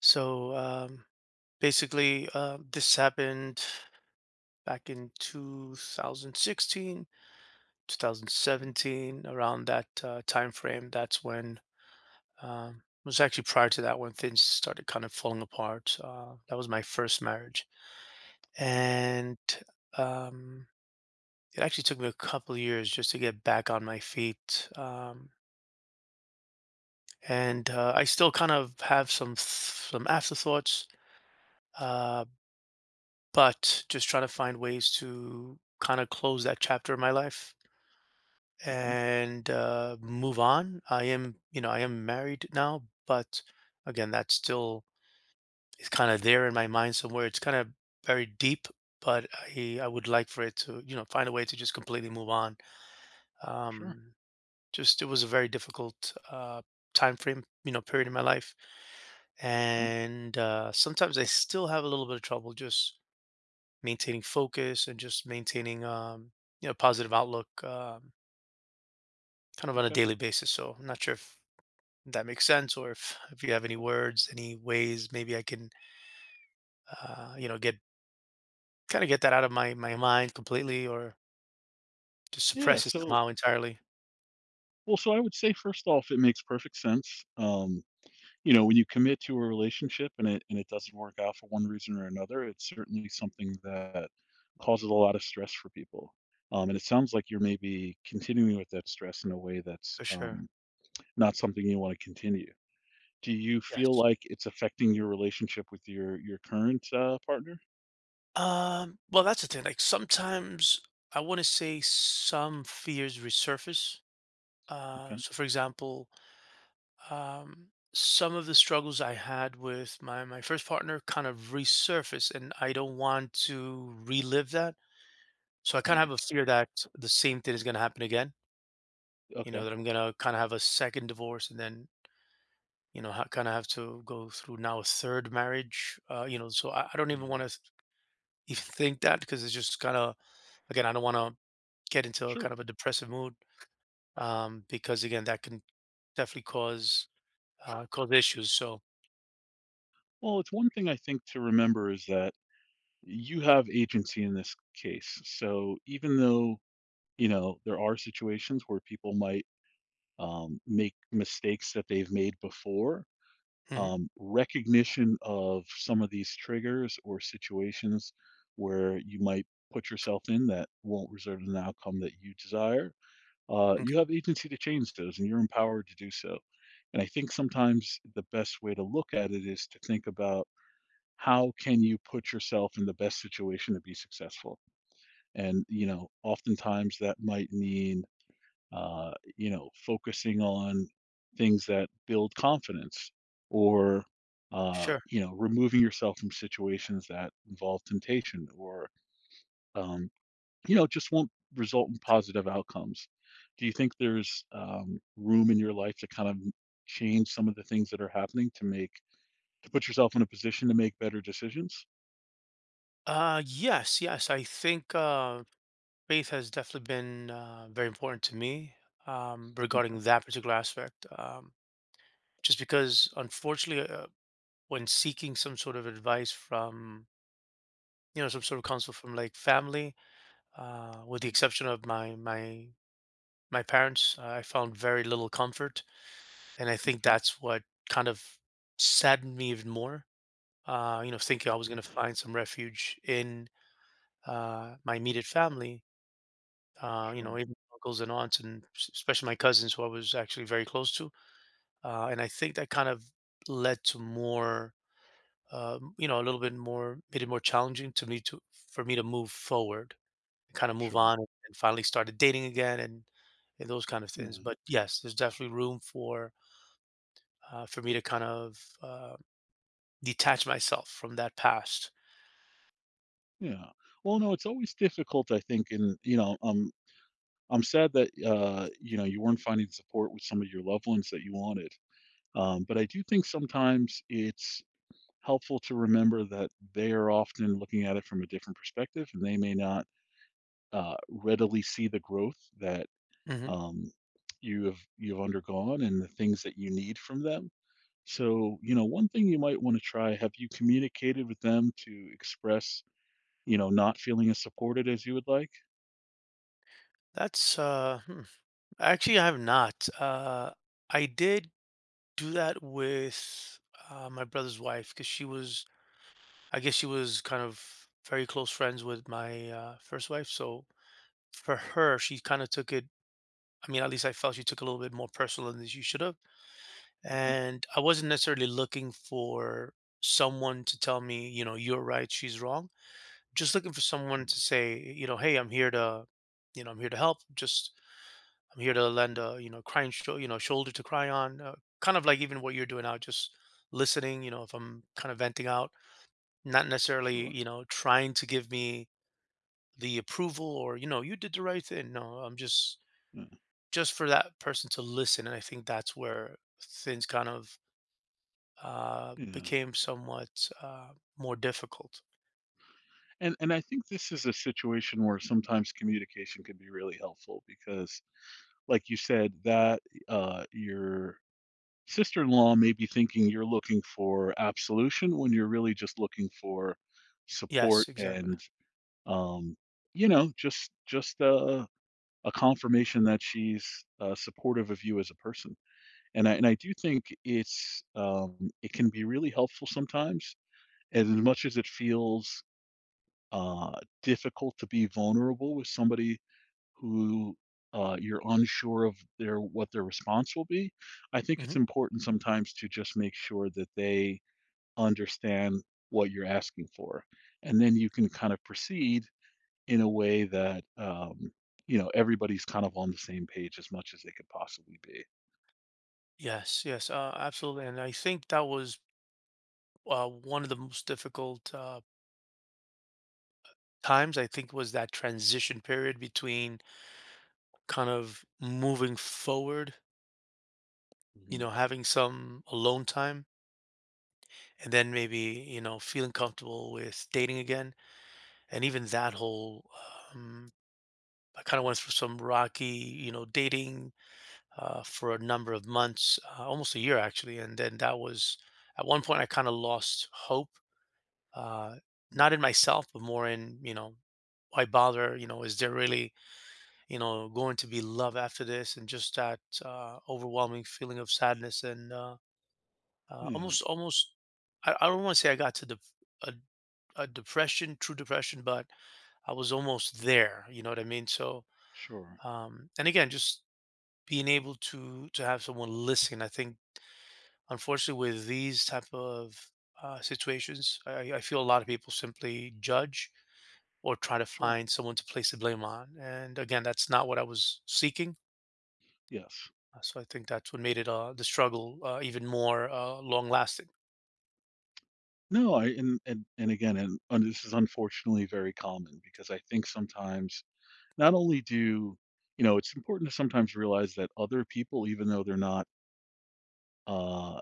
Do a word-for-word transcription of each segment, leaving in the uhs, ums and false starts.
So um, basically, uh, this happened back in two thousand sixteen, two thousand seventeen, around that uh, time frame. That's when um, it was actually prior to that when things started kind of falling apart. Uh, that was my first marriage, Okay, and um, it actually took me a couple of years just to get back on my feet. Um, and uh, I still kind of have some th- some afterthoughts. Uh, but just trying to find ways to kind of close that chapter of my life, okay, and uh, move on. I am, you know, I am married now, but again, that's still, it's kind of there in my mind somewhere. It's kind of very deep, but I I would like for it to, you know, find a way to just completely move on. sure, Um, just it was a very difficult uh, time frame, you know, period in my life. okay, And uh, sometimes I still have a little bit of trouble just maintaining focus, and just maintaining um you know positive outlook, um kind of on a okay. daily basis. So i'm not sure if that makes sense, or if if you have any words, any ways maybe i can uh you know get kind of get that out of my my mind completely, or just Yeah, suppress it so somehow entirely. well, so I would say first off, it makes perfect sense. Um, you know, when you commit to a relationship and it and it doesn't work out for one reason or another, it's certainly something that causes a lot of stress for people. Um, and it sounds like you're maybe continuing with that stress in a way that's For sure. um, not something you want to continue. Do you feel Yes. like it's affecting your relationship with your your current uh, partner? Um well, that's the thing, like sometimes i want to say some fears resurface. uh Okay, So for example, um, some of the struggles I had with my my first partner kind of resurface, and I don't want to relive that. So I kind yeah, of have a fear that the same thing is going to happen again. You know, okay, that I'm going to kind of have a second divorce, and then you know, ha- kind of have to go through now a third marriage. Uh, you know, so I, I don't even want yeah, to even think that, because it's just kind of, again, I don't want to get into a sure. kind of a depressive mood, um, because again, that can definitely cause uh, cause issues. So. Well, it's one thing I think to remember is that you have agency in this case. So even though, you know, there are situations where people might um, make mistakes that they've made before, Mhm. um, recognition of some of these triggers or situations where you might put yourself in that won't result in an outcome that you desire, uh, Okay, you have agency to change those and you're empowered to do so. And I think sometimes the best way to look at it is to think about how can you put yourself in the best situation to be successful? And, you know, oftentimes that might mean, uh, you know, focusing on things that build confidence or, uh, sure. you know, removing yourself from situations that involve temptation or, um, you know, just won't result in positive outcomes. Do you think there's um, room in your life to kind of change some of the things that are happening to make, to put yourself in a position to make better decisions? Uh, yes, yes. I think uh, faith has definitely been uh, very important to me, um, Okay. regarding that particular aspect. Um, just because, unfortunately, uh, when seeking some sort of advice from, you know, some sort of counsel from, like, family, uh, with the exception of my my my parents, uh, I found very little comfort, and I think Okay. that's what kind of saddened me even more. Uh, you know, thinking I was going to find some refuge in uh, my immediate family, uh, you know, Sure. even uncles and aunts, and s- especially my cousins, who I was actually very close to. Uh, and I think that kind of led to more, uh, you know, a little bit more, made it more challenging to me to, for me to move forward, kind of move Sure. on, and finally started dating again, and, and those kind of things. Yeah. But yes, there's definitely room for uh, for me to kind of uh, detach myself from that past. Yeah. Well, no, it's always difficult, I think, and you know, um, I'm sad that uh, you know, you weren't finding support with some of your loved ones that you wanted. Um, but I do think sometimes it's helpful to remember that they are often looking at it from a different perspective, and they may not uh, readily see the growth that Hmm. um, you have you've undergone and the things that you need from them. So, you know, one thing you might want to try, have you communicated with them to express, you know, not feeling as supported as you would like? That's, uh, hmm. Actually I have not. Uh, I did do that with uh, my brother's wife, because she was, I guess, she was kind of very close friends with my uh, first wife. So for her, she kind of took it. I mean, at least I felt she took a little bit more personal than she should have. Okay. And I wasn't necessarily looking for someone to tell me, you know, you're right, she's wrong. Just looking for someone to Mhm. say, you know, hey, I'm here to, you know, I'm here to help. Just I'm here to lend a you know crying sho- you know shoulder to cry on, uh, kind of like even what you're doing now, just listening. You know, if I'm kind of venting out, not necessarily Sure. you know trying to give me the approval, or you know you did the right thing. No, I'm just Yeah. just for that person to listen, and I think that's where things kind of uh, Yeah. became somewhat uh, more difficult. And and I think this is a situation where sometimes communication can be really helpful because like you said, that uh your sister-in-law may be thinking you're looking for absolution when you're really just looking for support Yes, exactly. and um you know, just just uh a confirmation that she's uh supportive of you as a person. And I and I do think it's, um, it can be really helpful sometimes, as much as it feels, uh, difficult to be vulnerable with somebody who, uh, you're unsure of their what their response will be. I think it's Hmm. important sometimes to just make sure that they understand what you're asking for, and then you can kind of proceed in a way that, um, you know, everybody's kind of on the same page as much as they could possibly be. Yes, yes, uh, absolutely. And I think that was uh, one of the most difficult uh, times, I think, was that transition period between kind of moving forward, you Mhm, know, having some alone time, and then maybe, you know, feeling comfortable with dating again. And even that whole, um, I kind of went through some rocky, you know, dating uh, for a number of months, uh, almost a year actually. And then that was, at one point, I kind of lost hope, uh, mm, not in myself, but more in, you know, why bother? You know, is there really you know, going to be love after this? And just that uh, overwhelming feeling of sadness, and uh, uh, yeah, almost, almost. I, I don't want to say I got to the, a, a depression, true depression, but I was almost there. You know what I mean? So, sure, um, and again, just being able to to have someone listen. I think, unfortunately, with these type of uh, situations, I, I feel a lot of people simply judge, or try to sure, find someone to place the blame on. And again, that's not what I was seeking. yes. Uh, so I think that's what made it, uh, the struggle, uh, even more, uh, long lasting. No, I and and and again, and and this is unfortunately very common because I think sometimes not only do you know, it's important to sometimes realize that other people, even though they're not uh,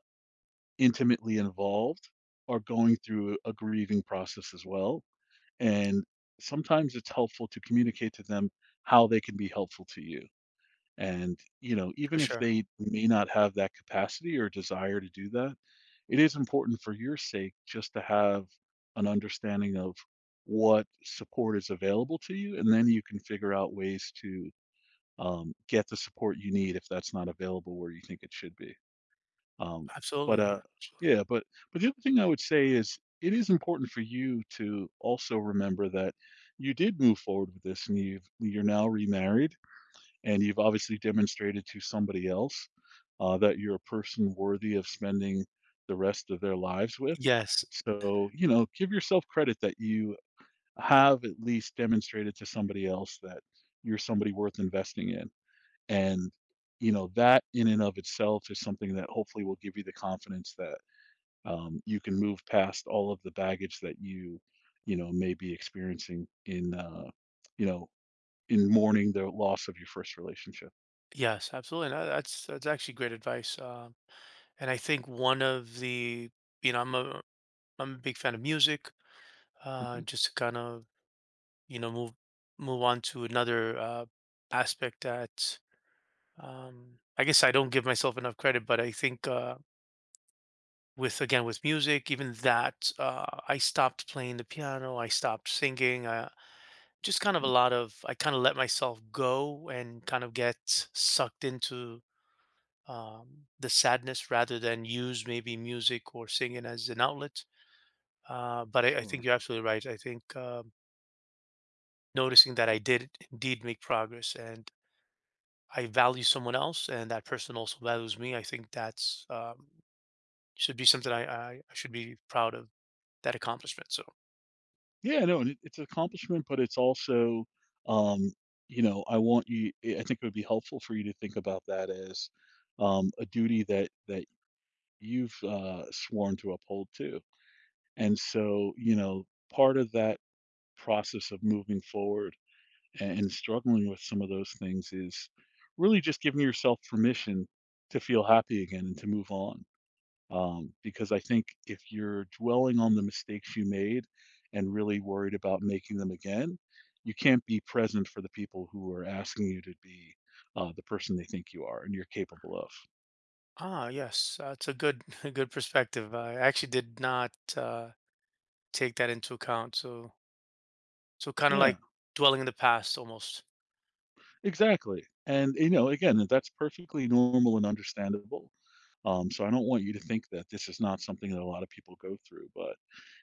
intimately involved, are going through a grieving process as well. And sometimes it's helpful to communicate to them how they can be helpful to you. And, you know, For even if sure. they may not have that capacity or desire to do that, it is important for your sake just to have an understanding of what support is available to you. And then you can figure out ways to um, get the support you need if that's not available where you think it should be. Um, Absolutely, but yeah, uh, absolutely. yeah, but but the other thing I would say is it is important for you to also remember that you did move forward with this, and you've you're now remarried, and you've obviously demonstrated to somebody else uh, that you're a person worthy of spending the rest of their lives with. Yes, So you know, give yourself credit that you have at least demonstrated to somebody else that you're somebody worth investing in. And, you know, that in and of itself is something that hopefully will give you the confidence that um, you can move past all of the baggage that you, you know, may be experiencing in, uh, you know, in mourning the loss of your first relationship. yes, absolutely. And that that's that's actually great advice. Um, and I think one of the you know, I'm a I'm a big fan of music, uh, Mhm. just to kind of, you know, move move on to another, uh, aspect that, um, I guess I don't give myself enough credit, but I think, uh, with again, with music, even that, uh, I stopped playing the piano, I stopped singing, I just kind of a lot of I kind of let myself go, and kind of get sucked into um, the sadness, rather than use maybe music or singing as an outlet. Uh, but I, I think Sure. you're absolutely right. I think um, noticing that I did indeed make progress, and I value someone else, and that person also values me, I think that's, um, should be something I, I, I should be proud of, that accomplishment. So. Yeah, no, and it, it's an accomplishment, but it's also, um, you know, I want you. I I think it would be helpful for you to think about that as um, a duty that that you've uh, sworn to uphold too. And so, you know, part of that process of moving forward and and struggling with some of those things is really just giving yourself permission to feel happy again and to move on. Um, because I think if you're dwelling on the mistakes you made and really worried about making them again, you can't be present for the people who are asking you to be uh, the person they think you are and you're capable of. Ah, yes, that's a good a good perspective. I actually did not uh, take that into account. So So kind of Yeah, like dwelling in the past, almost. exactly. And, you know, again, that's perfectly normal and understandable. Um, so I don't want you to think that this is not something that a lot of people go through, but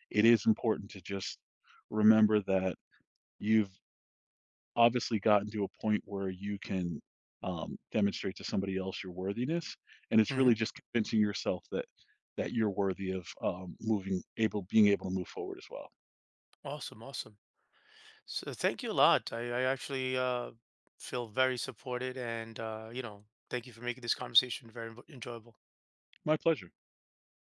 it is important to just remember that you've obviously gotten to a point where you can um, demonstrate to somebody else your worthiness, and it's Hmm. really just convincing yourself that that you're worthy of um, moving, able, being able to move forward as well. Awesome, awesome. So thank you a lot. I, I actually uh, feel very supported, and uh, you know, thank you for making this conversation very enjoyable. My pleasure.